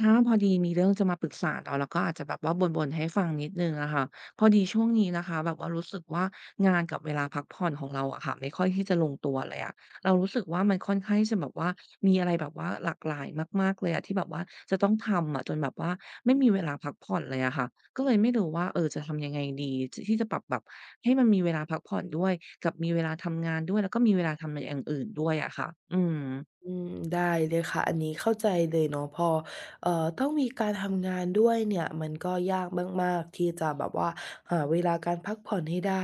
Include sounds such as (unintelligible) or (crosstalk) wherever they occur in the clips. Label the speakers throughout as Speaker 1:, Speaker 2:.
Speaker 1: ถ้าพอดีมีเรื่องจะมาปรึกษาเราแล้วก็อาจจะแบบว่าบ่นๆให้ฟังนิดหนึ่งอะค่ะพอดีช่วงนี้นะคะแบบว่ารู้สึกว่างานกับเวลาพักผ่อนของเราอะค่ะไม่ค่อยที่จะลงตัวเลยอะเรารู้สึกว่ามันค่อนข้างที่จะแบบว่ามีอะไรแบบว่าหลากหลายมากๆเลยอะที่แบบว่าจะต้องทำอะจนแบบว่าไม่มีเวลาพักผ่อนเลยอะค่ะก็เลยไม่รู้ว่าเออจะทำยังไงดีที่จะปรับแบบให้มันมีเวลาพักผ่อนด้วยกับมีเวลาทำงานด้วยแล้วก็มีเวลาทำในอย่างอื่นด้วยอะค่ะอืม
Speaker 2: อืมได้เลยค่ะอันนี้เข้าใจเลยเนาะพอเอ่อต้องมีการทำงานด้วยเนี่ยมันก็ยากมากๆที่จะแบบว่าหาเวลาการพักผ่อนให้ได้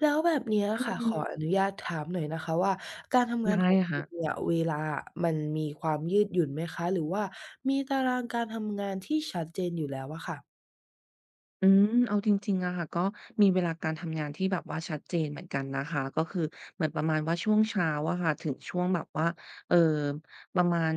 Speaker 2: แล้วแบบเนี้ย
Speaker 1: อื
Speaker 2: ค่ะข
Speaker 1: ม
Speaker 2: ออนุญาตถามหน่อยนะคะว่าการทำงาน
Speaker 1: ได้
Speaker 2: ของคุ
Speaker 1: ค่ะ
Speaker 2: ณเนี่ยเวลาอะมันมีความยืดหยุ่นไหมคะหรือว่ามีตารางการทำงานที่ชัดเจนอยู่แล้วอะค่ะ
Speaker 1: อืมเอาจริงๆอะค่ะก็มีเวลาการทำงานที่แบบว่าชัดเจนเหมือนกันนะคะก็คือเหมือนประมาณว่าช่วงเช้าอะค่ะถึงช่วงแบบว่าเอ่อประมาณ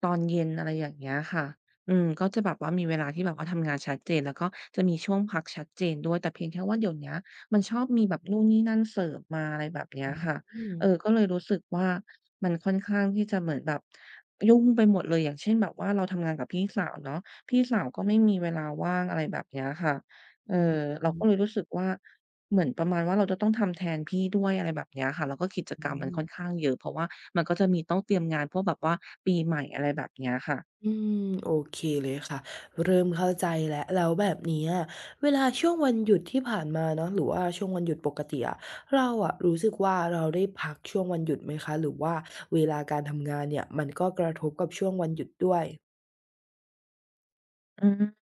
Speaker 1: ตอนเย็นอะไรอย่างเงี้ยค่ะอืมก็จะแบบว่ามีเวลาที่แบบว่าทำงานชัดเจนแล้วก็จะมีช่วงพักชัดเจนด้วยแต่เพียงแค่ว่าเดี๋ยวเนี้ยมันชอบมีแบบนู่นนี่นั่นเสริมมาอะไรแบบเนี้ย
Speaker 2: อืม
Speaker 1: ค่ะ
Speaker 2: อืม
Speaker 1: เออก็เลยรู้สึกว่ามันค่อนข้างที่จะเหมือนแบบยุ่งไปหมดเลยอย่างเช่นแบบว่าเราทำงานกับพี่สาวเนาะพี่สาวก็ไม่มีเวลาว่างอะไรแบบเนี้ยค่ะ เออ
Speaker 2: อื
Speaker 1: เราก็เลย
Speaker 2: ม
Speaker 1: รู้สึกว่าเหมือนประมาณว่าเราจะต้องทำแทนพี่ด้วยอะไรแบบเนี้ยค่ะแล้วก็กิจ
Speaker 2: อื
Speaker 1: กรรมมัน
Speaker 2: ม
Speaker 1: ค่อนข้างเยอะเพราะว่ามันก็จะมีต้องเตรียมงานพวกแบบว่าปีใหม่อะไรแบบเนี้ยค่ะ
Speaker 2: อืมโอเคเลยค่ะเริ่มเข้าใจแล้วแล้วแบบเนี้ยเวลาช่วงวันหยุดที่ผ่านมาเนาะหรือว่าช่วงวันหยุดปกติอะเราอะรู้สึกว่าเราได้พักช่วงวันหยุดไหมคะหรือว่าเวลาการทำงานเนี่ยมันก็กระทบกับช่วงวันหยุดด้วย
Speaker 1: อืม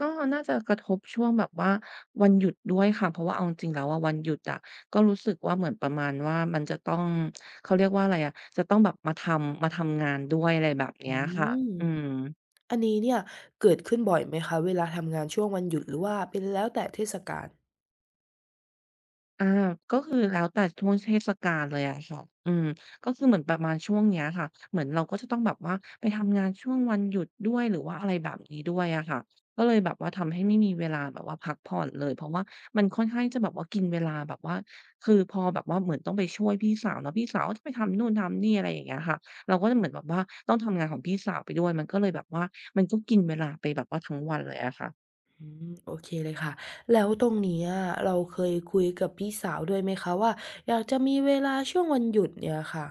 Speaker 1: ก็น่าจะกระทบช่วงแบบว่าวันหยุดด้วยค่ะเพราะว่าเอาจริงๆแล้วอะวันหยุดอะก็รู้สึกว่าเหมือนประมาณว่ามันจะต้องเขาเรียกว่าอะไรอะจะต้องแบบมาทำงานด้วยอะไรแบบเนี้
Speaker 2: อื
Speaker 1: ยค่ะอืม
Speaker 2: มอันนี้เนี่ยเกิดขึ้นบ่อยไหมคะเวลาทำงานช่วงวันหยุดหรือว่าเป็นแล้วแต่เทศกาล
Speaker 1: อาก็คือแล้วแต่ช่วงเทศกาลเลยอะค่ะอืมก็คือเหมือนประมาณช่วงเนี้ยค่ะเหมือนเราก็จะต้องแบบว่าไปทำงานช่วงวันหยุดด้วยหรือว่าอะไรแบบนี้ด้วยอะค่ะก็เลยแบบว่าทำให้ไม่มีเวลาแบบว่าพักผ่อนเลยเพราะว่ามันค่อนข้างที่จะแบบว่ากินเวลาแบบว่าคือพอแบบว่าเหมือนต้องไปช่วยพี่สาวเนาะพี่สาวก็จะไปทำนู่นทำนี่อะไรอย่างเงี้ยค่ะเราก็จะเหมือนแบบว่าต้องทำงานของพี่สาวไปด้วยมันก็เลยแบบว่ามันก็กินเวลาไปแบบว่าทั้งวันเลยอะค่ะ
Speaker 2: อืมโอเคเลยค่ะแล้วตรงเนี้ยเราเคยคุยกับพี่สาวด้วยไหมคะว่าอยากจะมีเวลาช่วงวันหยุดเนี่ยค่ะ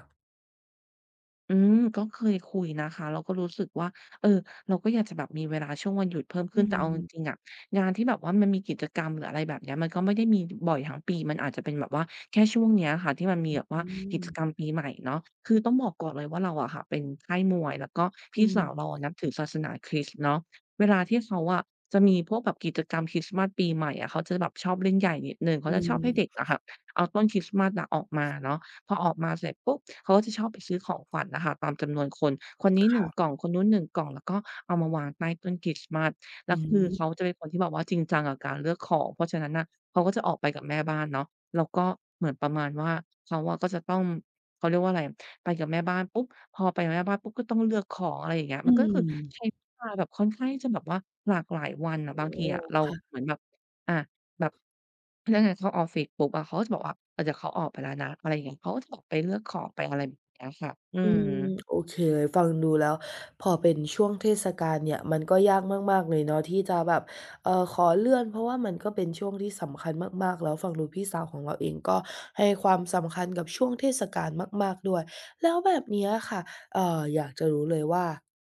Speaker 1: อืมก็เคยคุยนะคะเราก็รู้สึกว่าเออเราก็อยากจะแบบมีเวลาช่วงวันหยุดเพิ่ม
Speaker 2: อื
Speaker 1: ขึ้นแต่เอาจริง
Speaker 2: ม
Speaker 1: ๆอะงานที่แบบว่ามันมีกิจกรรมหรืออะไรแบบเนี้ยมันก็ไม่ได้มีบ่อยทั้งปีมันอาจจะเป็นแบบว่าแค่ช่วงเนี้ยค่ะที่มันมีแบบว่า
Speaker 2: อื
Speaker 1: กิจกรรม
Speaker 2: ม
Speaker 1: ปีใหม่เนาะคือต้องบอกก่อนเลยว่าเราอะค่ะเป็นค่ายมวยแล้วก็
Speaker 2: อื
Speaker 1: พี่
Speaker 2: ม
Speaker 1: สาวเราอะนับถือศาสนาคริสต์เนาะเวลาที่เขาอะจะมีพวกแบบกิจกรรมคริสต์มาสปีใหม่อะเขาจะแบบชอบเล่นใหญ่นิดหนึ่งเขา
Speaker 2: อื
Speaker 1: จะชอบให้เด็ก
Speaker 2: ม
Speaker 1: อะค่ะเอาต้นคริสต์มาสอะออกมาเนาะ พอออกมาเสร็จปุ๊บเขาก็จะชอบไปซื้อของขวัญนะคะตามจำนวนคนคนนี้หนึ่งกล่อ
Speaker 2: ค่ะ
Speaker 1: งคนนู้นหนึ่งกล่องแล้วก็เอามาวางใต้ต้นคริสต์มาสแล้
Speaker 2: อื
Speaker 1: วคือเขา
Speaker 2: ม
Speaker 1: จะเป็นคนที่แบบว่าจริงจังกับการเลือกของเพราะฉะนั้นน่ะเขาก็จะออกไปกับแม่บ้านเนาะแล้วก็เหมือนประมาณว่าเขาอะก็จะต้องเขาเรียกว่าอะไรไปกับแม่บ้านปุ๊บพอไปกับแม่บ้านปุ๊บก็ต้องเลือกของอะไรอย่างเงี้ย
Speaker 2: อื
Speaker 1: มันก็คือ
Speaker 2: ม
Speaker 1: ใช้เวลาแบบค่อนข้างที่จะแบบว่าหลากหลายวันอะบา
Speaker 2: โอ้
Speaker 1: งที
Speaker 2: โฮ
Speaker 1: อะเรา
Speaker 2: ค่ะ
Speaker 1: เหมือนแบบอาแบบ พนักงานเข้าออฟฟิศปุ๊บอะเขาก็จะบอกว่าเออเดี๋ยวเขาออกไปแล้วนะอะไรอย่างเงี้ยเขาก็จะออกไปเลือกของไปอะไรแบบเนี้ยค่ะอื
Speaker 2: อื
Speaker 1: ม
Speaker 2: มโอเคเลยฟังดูแล้วพอเป็นช่วงเทศกาลเนี่ยมันก็ยากมากๆเลยเนาะที่จะแบบขอเลื่อนเพราะว่ามันก็เป็นช่วงที่สำคัญมากๆแล้วฟังดูพี่สาวของเราเองก็ให้ความสำคัญกับช่วงเทศกาลมากๆด้วยแล้วแบบเนี้ยค่ะอยากจะรู้เลยว่า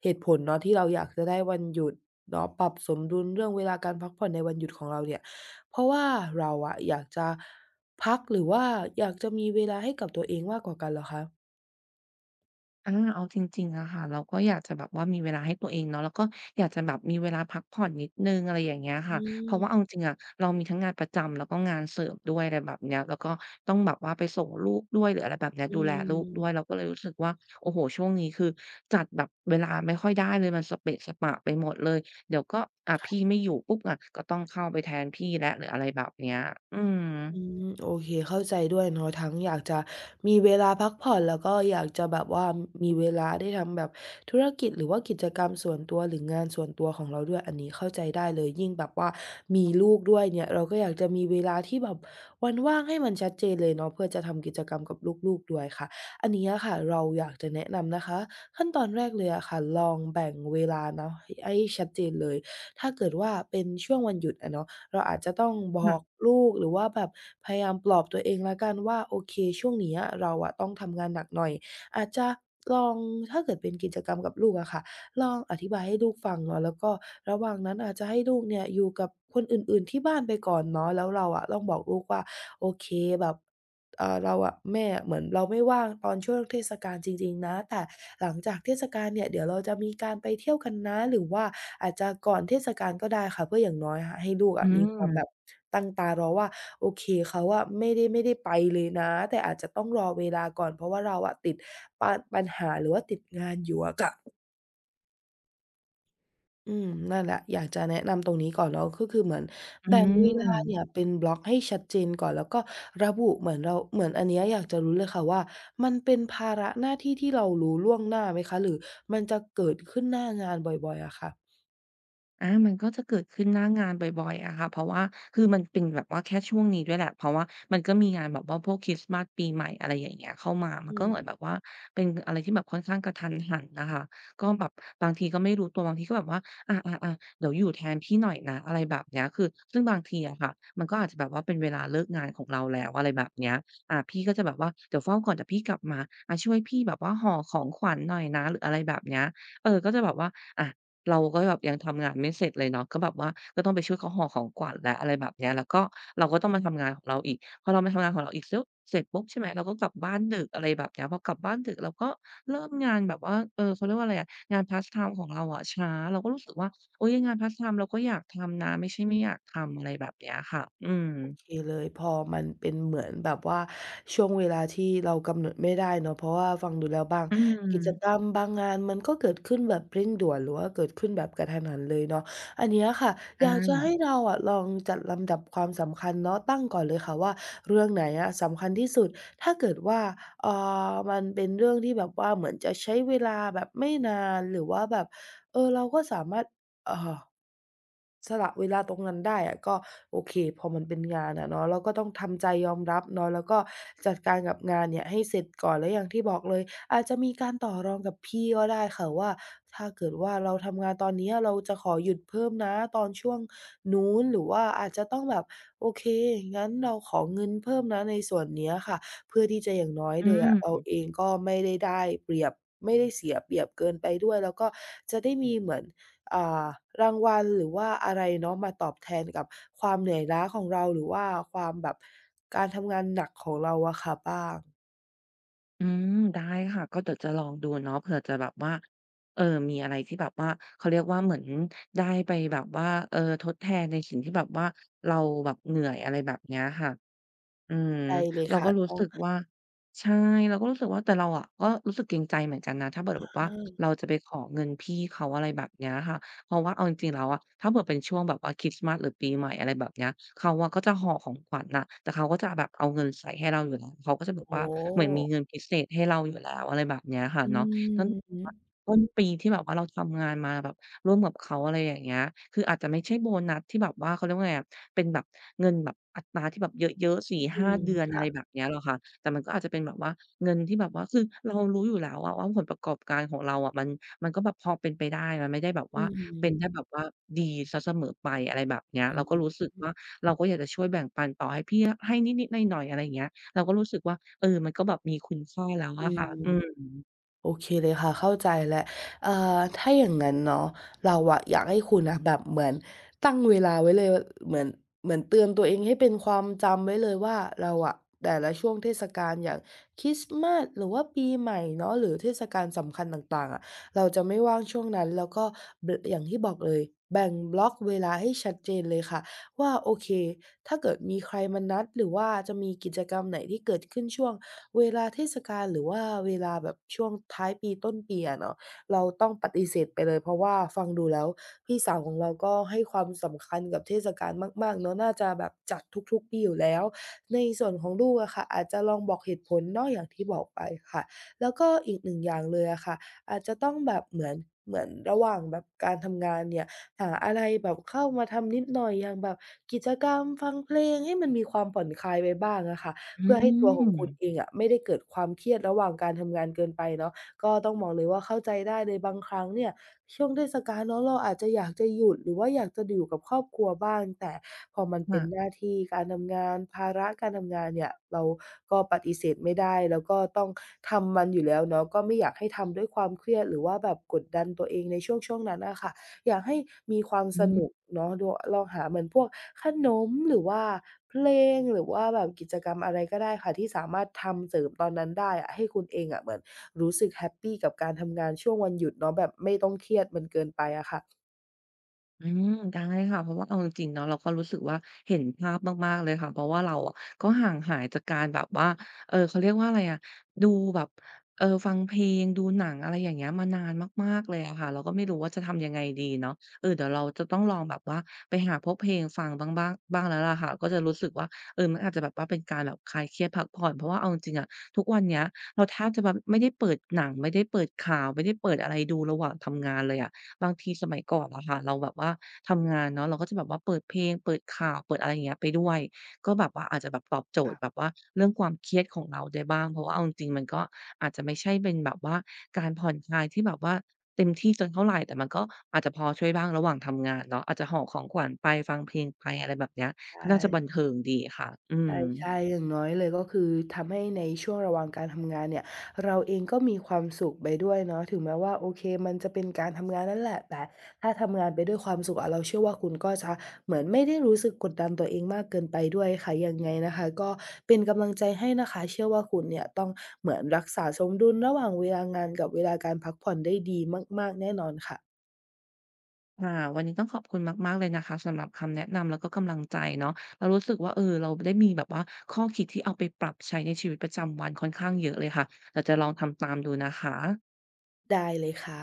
Speaker 2: เหตุผลเนาะที่เราอยากจะได้วันหยุดเนาะปรับสมดุลเรื่องเวลาการพักผ่อนในวันหยุดของเราเนี่ยเพราะว่าเราอะอยากจะพักหรือว่าอยากจะมีเวลาให้กับตัวเองมากกว่ากันเหรอคะ
Speaker 1: อาเอาจริงๆอะค่ะเราก็อยากจะแบบว่ามีเวลาให้ตัวเองเนาะแล้วก็อยากจะแบบมีเวลาพักผ่อนนิดหนึ่งอะไรอย่างเงี้ย
Speaker 2: อื
Speaker 1: ค่ะเพราะว่าเอาจ
Speaker 2: ม
Speaker 1: ริงๆอะเรามีทั้งงานประจำแล้วก็งานเสริมด้วยอะไรแบบเนี้ยแล้วก็ต้องแบบว่าไปส่งลูกด้วยหรืออะไรแบบเนี้ย
Speaker 2: อื
Speaker 1: ดูแลลูกด้วยเรา
Speaker 2: ม
Speaker 1: ก็เลยรู้สึกว่าโอ้โฮช่วงนี้คือจัดแบบเวลาไม่ค่อยได้เลยมันสเปะสปะไปหมดเลยเดี๋ยวก็พี่ไม่อยู่ปุ๊บอะก็ต้องเข้าไปแทนพี่แล้วหรืออะไรแบบเนี้ยอืม
Speaker 2: อืมโอเคเข้าใจด้วยเนาะทั้งอยากจะมีเวลาพักผ่อนแล้วก็อยากจะแบบว่ามีเวลาได้ทำแบบธุรกิจหรือว่ากิจกรรมส่วนตัวหรืองานส่วนตัวของเราด้วยอันนี้เข้าใจได้เลยยิ่งแบบว่ามีลูกด้วยเนี่ยเราก็อยากจะมีเวลาที่แบบวันว่างให้มันชัดเจนเลยเนาะเพื่อจะทำกิจกรรมกับลูกๆด้วยค่ะอันนี้อะค่ะเราอยากจะแนะนำนะคะขั้นตอนแรกเลยอะค่ะลองแบ่งเวลาเนาะให้ชัดเจนเลยถ้าเกิดว่าเป็นช่วงวันหยุดอะเนาะ เราอาจจะต้องบอก
Speaker 1: ค่ะ
Speaker 2: ลูกหรือว่าแบบพยายามปลอบตัวเองแล้วกันว่าโอเคช่วงเนี้ยเราอะต้องทำงานหนักหน่อยอาจจะลองถ้าเกิดเป็นกิจกรรมกับลูกอะค่ะลองอธิบายให้ลูกฟังเนาะแล้วก็ระหว่างนั้นอาจจะให้ลูกเนี่ยอยู่กับคนอื่นๆที่บ้านไปก่อนเนาะแล้วเราอะต้องบอกลูกว่าโอเคแบบ เราอะแม่อะเหมือนเราไม่ว่างตอนช่วงเทศกาลจริงๆนะแต่หลังจากเทศกาลเนี่ยเดี๋ยวเราจะมีการไปเที่ยวกันนะหรือว่าอาจจะก่อนเทศกาลก็ได้ค่ะเพื่ออย่างน้อยค่ะให้ลูก
Speaker 1: อื
Speaker 2: อะมีความแบบ
Speaker 1: ม
Speaker 2: ตั้งตารอว่าโอเคเขาอะไม่ได้ไปเลยนะแต่อาจจะต้องรอเวลาก่อนเพราะว่าเราอะติดปาปัญหาหรือว่าติดงานอยู่อะค่ะ อืมนั่นแหละอยากจะแนะนำตรงนี้ก่อนเนาะก็คือเหมือน
Speaker 1: อื
Speaker 2: แบ่งเวลาเนี่ย
Speaker 1: ม
Speaker 2: เป็นบล็อกให้ชัดเจนก่อนแล้วก็ระบุเหมือนเราเหมือนอันเนี้ยอยากจะรู้เลยค่ะว่ามันเป็นภาระหน้าที่ที่เรารู้ล่วงหน้าไหมคะหรือมันจะเกิดขึ้นหน้างานบ่อยๆอะค่ะ
Speaker 1: อามันก็จะเกิดขึ้นหน้างานบ่อยๆอะค่ะเพราะว่าคือมันเป็นแบบว่าแค่ช่วงนี้ด้วยแหละเพราะว่ามันก็มีงานแบบว่าพวกคริสต์มาสปีใหม่อะไรอย่างเงี้ยเข้ามามั
Speaker 2: อื
Speaker 1: นก็เหมือนแบ
Speaker 2: ม
Speaker 1: บว่าเป็นอะไรที่แบบค่อนข้างกะทันหันน่ะค่ะก็แบบบางทีก็ไม่รู้ตัวบางทีก็แบบว่าอาๆๆเดี๋ยวอยู่แทนพี่หน่อยนะอะไรแบบเนี้ยคือซึ่งบางทีอะค่ะมันก็อาจจะแบบว่าเป็นเวลาเลิกงานของเราแล้วอะไรแบบเนี้ยพี่ก็จะแบบว่าเดี๋ยวเฝ้าก่อนเดี๋ยวพี่กลับมาอาช่วยพี่แบบว่าห่อของขวัญหน่อยนะหรืออะไรแบบเนี้ยเออก็จะแบบว่าอา เราก็แบบยังทำงานไม่เสร็จเลยเนาะก็แบบว่าก็ต้องไปช่วยเขาห่อของขวัญแล้วอะไรแบบเนี้ยแล้วก็เราก็ต้องมาทำงานของเราอีกพอเรามาทำงานของเราอีกซึบเสร็จปุ๊บใช่ไหมเราก็กลับบ้านดึกอะไรแบบเนี้ยพอกลับบ้านดึกเราก็เริ่มงานแบบว่าเออเขาเรียกว่าอะไรอะงานพาร์ตไทม์ของเราอะช้าเราก็รู้สึกว่าโอ๊ยงานพาร์ตไทม์เราก็อยากทำนะไม่ใช่ไม่อยากทำอะไรแบบเนี้ยค่ะอืม
Speaker 2: โอเคเลยพอมันเป็นเหมือนแบบว่าช่วงเวลาที่เรากำหนดไม่ได้เนาะเพราะว่าฟังดูแล้วบาง
Speaker 1: อื
Speaker 2: กิจกร
Speaker 1: ม
Speaker 2: รมบางงานมันก็เกิดขึ้นแบบเร่งด่วนหรือว่าเกิดขึ้นแบบกระทันหันเลยเนาะอันเนี้ยค่ะอ
Speaker 1: อา
Speaker 2: ยากจะให้เราอะลองจัดลำดับความสำคัญเนาะตั้งก่อนเลยค่ะว่าเรื่องไหนอะสำคัญที่สุดถ้าเกิดว่าเอ่มันเป็นเรื่องที่แบบว่าเหมือนจะใช้เวลาแบบไม่นานหรือว่าแบบเออเราก็สามารถเอ่อ สละเวลาตรงนั้นได้อะก็โอเคพอมันเป็นงานอะเนาะเราก็ต้องทำใจยอมรับเนาะแล้วก็จัดการกับงานเนี่ยให้เสร็จก่อนแล้วอย่างที่บอกเลยอาจจะมีการต่อรองกับพี่ก็ได้ค่ะว่าถ้าเกิดว่าเราทำงานตอนเนี้ยเราจะขอหยุดเพิ่มนะตอนช่วงนู้นหรือว่าอาจจะต้องแบบโอเคงั้นเราขอเงินเพิ่มนะในส่วนเนี้ยค่ะเพื่อที่จะอย่างน้อยเล
Speaker 1: อื
Speaker 2: ยอะเรา
Speaker 1: ม
Speaker 2: เองก็ไม่ได้เปรียบไม่ได้เสียเปรียบเกินไปด้วยแล้วก็จะได้มีเหมือน อ่ารางวัลหรือว่าอะไรเนาะมาตอบแทนกับความเหนื่อยล้าของเราหรือว่าความแบบการทำงานหนักของเราอะค่ะบ้าง
Speaker 1: อืมได้ค่ะก็เดี๋ยวจะลองดูเนาะเผื่อจะแบบว่าเออมีอะไรที่แบบว่าเขาเรียกว่าเหมือนได้ไปแบบว่าเออทดแทนในสิ่งที่แบบว่าเราแบบเหนื่อยอะไรแบบเนี้ยค่ะ อืม
Speaker 2: ใช่เลย
Speaker 1: เรา
Speaker 2: ค่ะ
Speaker 1: ก็รู้
Speaker 2: ต้อง
Speaker 1: สึกว่าใช่เราก็รู้สึกว่าแต่เราอะก็รู้สึกเกรงใจเหมือนกันนะถ้าเผื่อแบบว่า
Speaker 2: ห้าม
Speaker 1: เราจะไปขอเงินพี่เขาอะไรแบบเนี้ยค่ะเพราะว่าเอาจริงๆแล้วอะถ้าเผื่อเป็นช่วงแบบว่าคริสต์มาสหรือปีใหม่อะไรแบบเนี้ยเขาอะก็จะห่อของขวัญน่ะแต่เขาก็จะแบบเอาเงินใส่ให้เราอยู่แล้วเขาก็จะแบ
Speaker 2: โอ้
Speaker 1: บ
Speaker 2: โ
Speaker 1: ว่าเหมือนมี
Speaker 2: ฮ
Speaker 1: เงินพิเศษให้เราอยู่แล้วอะไรแบบเนี้ยค่ะ
Speaker 2: อื
Speaker 1: เนาะตั้ง (unintelligible)
Speaker 2: ม
Speaker 1: ต้นปีที่แบบว่าเราทำงานมาแบบร่วมกับเขาอะไรอย่างเงี้ยคืออาจจะไม่ใช่โบนัสที่แบบว่าเขาเรียกว่าไงอะ เป็นแบบเงินแบบอัตราที่แบบเยอะๆ4
Speaker 2: อื
Speaker 1: าเดือน
Speaker 2: ม
Speaker 1: อะไรแบบเนี้ยหรอกค่ะแต่มันก็อาจจะเป็นแบบว่าเงินที่แบบว่าคือเรารู้อยู่แล้วอะว่าผลประกอบการของเราอะมันมันก็แบบพอเป็นไปได้มันไม่ได้แบบ
Speaker 2: อื
Speaker 1: ว่าเป็นได้
Speaker 2: ม
Speaker 1: แบบว่าดีเสียเสมอไปอะไรแบบเนี้ย
Speaker 2: อื
Speaker 1: เราก็
Speaker 2: ม
Speaker 1: รู้สึกว่าเราก็อยากจะช่วยแบ่งปันต่อให้พี่ให้นิดๆหน่อยๆอะไรอย่างเงี้ยเราก็รู้สึกว่าเออมันก็แบบมีคุณค่าแล้ว
Speaker 2: อื
Speaker 1: อะค่ะอื
Speaker 2: ม
Speaker 1: ม
Speaker 2: โอเคเลยค่ะเข้าใจแล้วถ้าอย่างงั้นเนาะเราอะอยากให้คุณน่ะแบบเหมือนตั้งเวลาไว้เลยเหมือนเตือนตัวเองให้เป็นความจำไว้เลยว่าเราอะแต่ละช่วงเทศกาลอย่างคริสต์มาสหรือว่าปีใหม่เนาะหรือเทศกาลสำคัญต่างๆอะเราจะไม่ว่างช่วงนั้นแล้วก็อย่างที่บอกเลยแบ่งบล็อกเวลาให้ชัดเจนเลยค่ะว่าโอเคถ้าเกิดมีใครมานัดหรือว่าจะมีกิจกรรมไหนที่เกิดขึ้นช่วง เวลาเทศกาลหรือว่าเวลาแบบช่วงท้ายปีต้นปีอะเนาะเราต้องปฏิเสธไปเลยเพราะว่าฟังดูแล้วพี่สาวของเราก็ให้ความสำคัญกับเทศกาลมากๆเนาะน่าจะแบบจัดทุกๆปีอยู่แล้วในส่วนของลูกอะค่ะอาจจะลองบอกเหตุผลเนาะอย่างที่บอกไปค่ะแล้วก็อีก1อย่างเลยอะค่ะอาจจะต้องแบบเหมือนระหว่างแบบการทำงานเนี่ยหาอะไรแบบเข้ามาทำนิดหน่อยอย่างแบบกิจกรรมฟังเพลงให้มันมีความผ่อนคลายไปบ้างอะค่ะ
Speaker 1: อื
Speaker 2: เพื่อให้ตัวของคุณ
Speaker 1: ม
Speaker 2: เองอะไม่ได้เกิดความเครียดระหว่างการทำงานเกินไปเนาะก็ต้องมองเลยว่าเข้าใจได้เลยบางครั้งเนี่ยช่วงเทศกาลเนาะเราอาจจะอยากจะหยุดหรือว่าอยากจะอยู่กับครอบครัวบ้างแต่พอมันเป็นห
Speaker 1: ค่ะ
Speaker 2: น้าที่การทำงานภาระการทำงานเนี่ยเราก็ปฏิเสธไม่ได้แล้วก็ต้องทำมันอยู่แล้วเนาะก็ไม่อยากให้ทำด้วยความเครียดหรือว่าแบบกดดันตัวเองในช่วงๆนั้นน่ะค่ะ อยากให้มีความ
Speaker 1: อื
Speaker 2: สนุก
Speaker 1: ม
Speaker 2: เนาะดูลองหาเหมือนพวกขนมหรือว่าเพลงหรือว่าแบบกิจกรรมอะไรก็ได้ค่ะที่สามารถทำเสริมตอนนั้นได้อะให้คุณเองอะเหมือนรู้สึกแฮปปีกับการทำงานช่วงวันหยุดเนาะแบบไม่ต้องเครียดมันเกินไปอะค่ะ
Speaker 1: อืมได้ค่ะเพราะว่าเอาจริงๆเนาะเราก็รู้สึกว่าเห็นภาพมากๆเลยค่ะเพราะว่าเราอะก็ห่างหายจากการแบบว่าเขาเรียกว่าอะไรอะดูแบบฟังเพลงดูหนังอะไรอย่างเงี้ยมานานมากๆเลยอะค่ะเราก็ไม่รู้ว่าจะทำยังไงดีเนาะเออเดี๋ยวเราจะต้องลองแบบว่าไปหาพวกเพลงฟังบ้างบ้างบ้างแล้วล่ะค่ะก็จะรู้สึกว่าเออมันอาจจะแบบว่าเป็นการแบบคลายเครียดพักผ่อนเพราะว่าเอาจริงๆอะทุกวันเนี้ยเราแทบจะแบบไม่ได้เปิดหนังไม่ได้เปิดข่าวไม่ได้เปิดอะไรดูระหว่างทำงานเลยอะ บางทีสมัยก่อนอะค่ะเราแบบว่าทำงานเนาะเราก็จะแบบว่าเปิดเพลงเปิดข่าวเปิดอะไรอย่างเงี้ยไปด้วยก็แบบว่าอาจจะแบบตอบโจทย์แบบ
Speaker 2: ค่ะ
Speaker 1: ว่าเรื่องความเครียดของเราได้บ้างเพราะว่าเอาจริงๆมันก็อาจจะไม่ใช่เป็นแบบว่าการผ่อนคลายที่แบบว่าเต็มที่จนเท่าไรแต่มันก็อาจจะพอช่วยบ้างระหว่างทำงานเนาะอาจจะห่อของขวัญไปฟังเพลงไปอะไรแบบเนี้ยก็
Speaker 2: ใช่
Speaker 1: น่าจะบันเทิงดีค่ะอืม
Speaker 2: ใช่ใช่อย่างน้อยเลยก็คือทำให้ในช่วงระหว่างการทำงานเนี่ยเราเองก็มีความสุขไปด้วยเนาะถึงแม้ว่าโอเคมันจะเป็นการทำงานนั่นแหละแต่ถ้าทำงานไปด้วยความสุขอะเราเชื่อว่าคุณก็จะเหมือนไม่ได้รู้สึกกดดันตัวเองมากเกินไปด้วยค่ะยังไงนะคะก็เป็นกำลังใจให้นะคะเชื่อว่าคุณเนี่ยต้องเหมือนรักษาสมดุลระหว่างเวลางานกับเวลาการพักผ่อนได้ดีมากๆแน่นอนค่ะ
Speaker 1: ค่ะวันนี้ต้องขอบคุณมากๆเลยนะคะสำหรับคำแนะนำแล้วก็กำลังใจเนาะเรารู้สึกว่าเออเราได้มีแบบว่าข้อคิดที่เอาไปปรับใช้ในชีวิตประจำวันค่อนข้างเยอะเลยค่ะเราจะลองทำตามดูนะคะ
Speaker 2: ได้เลยค่ะ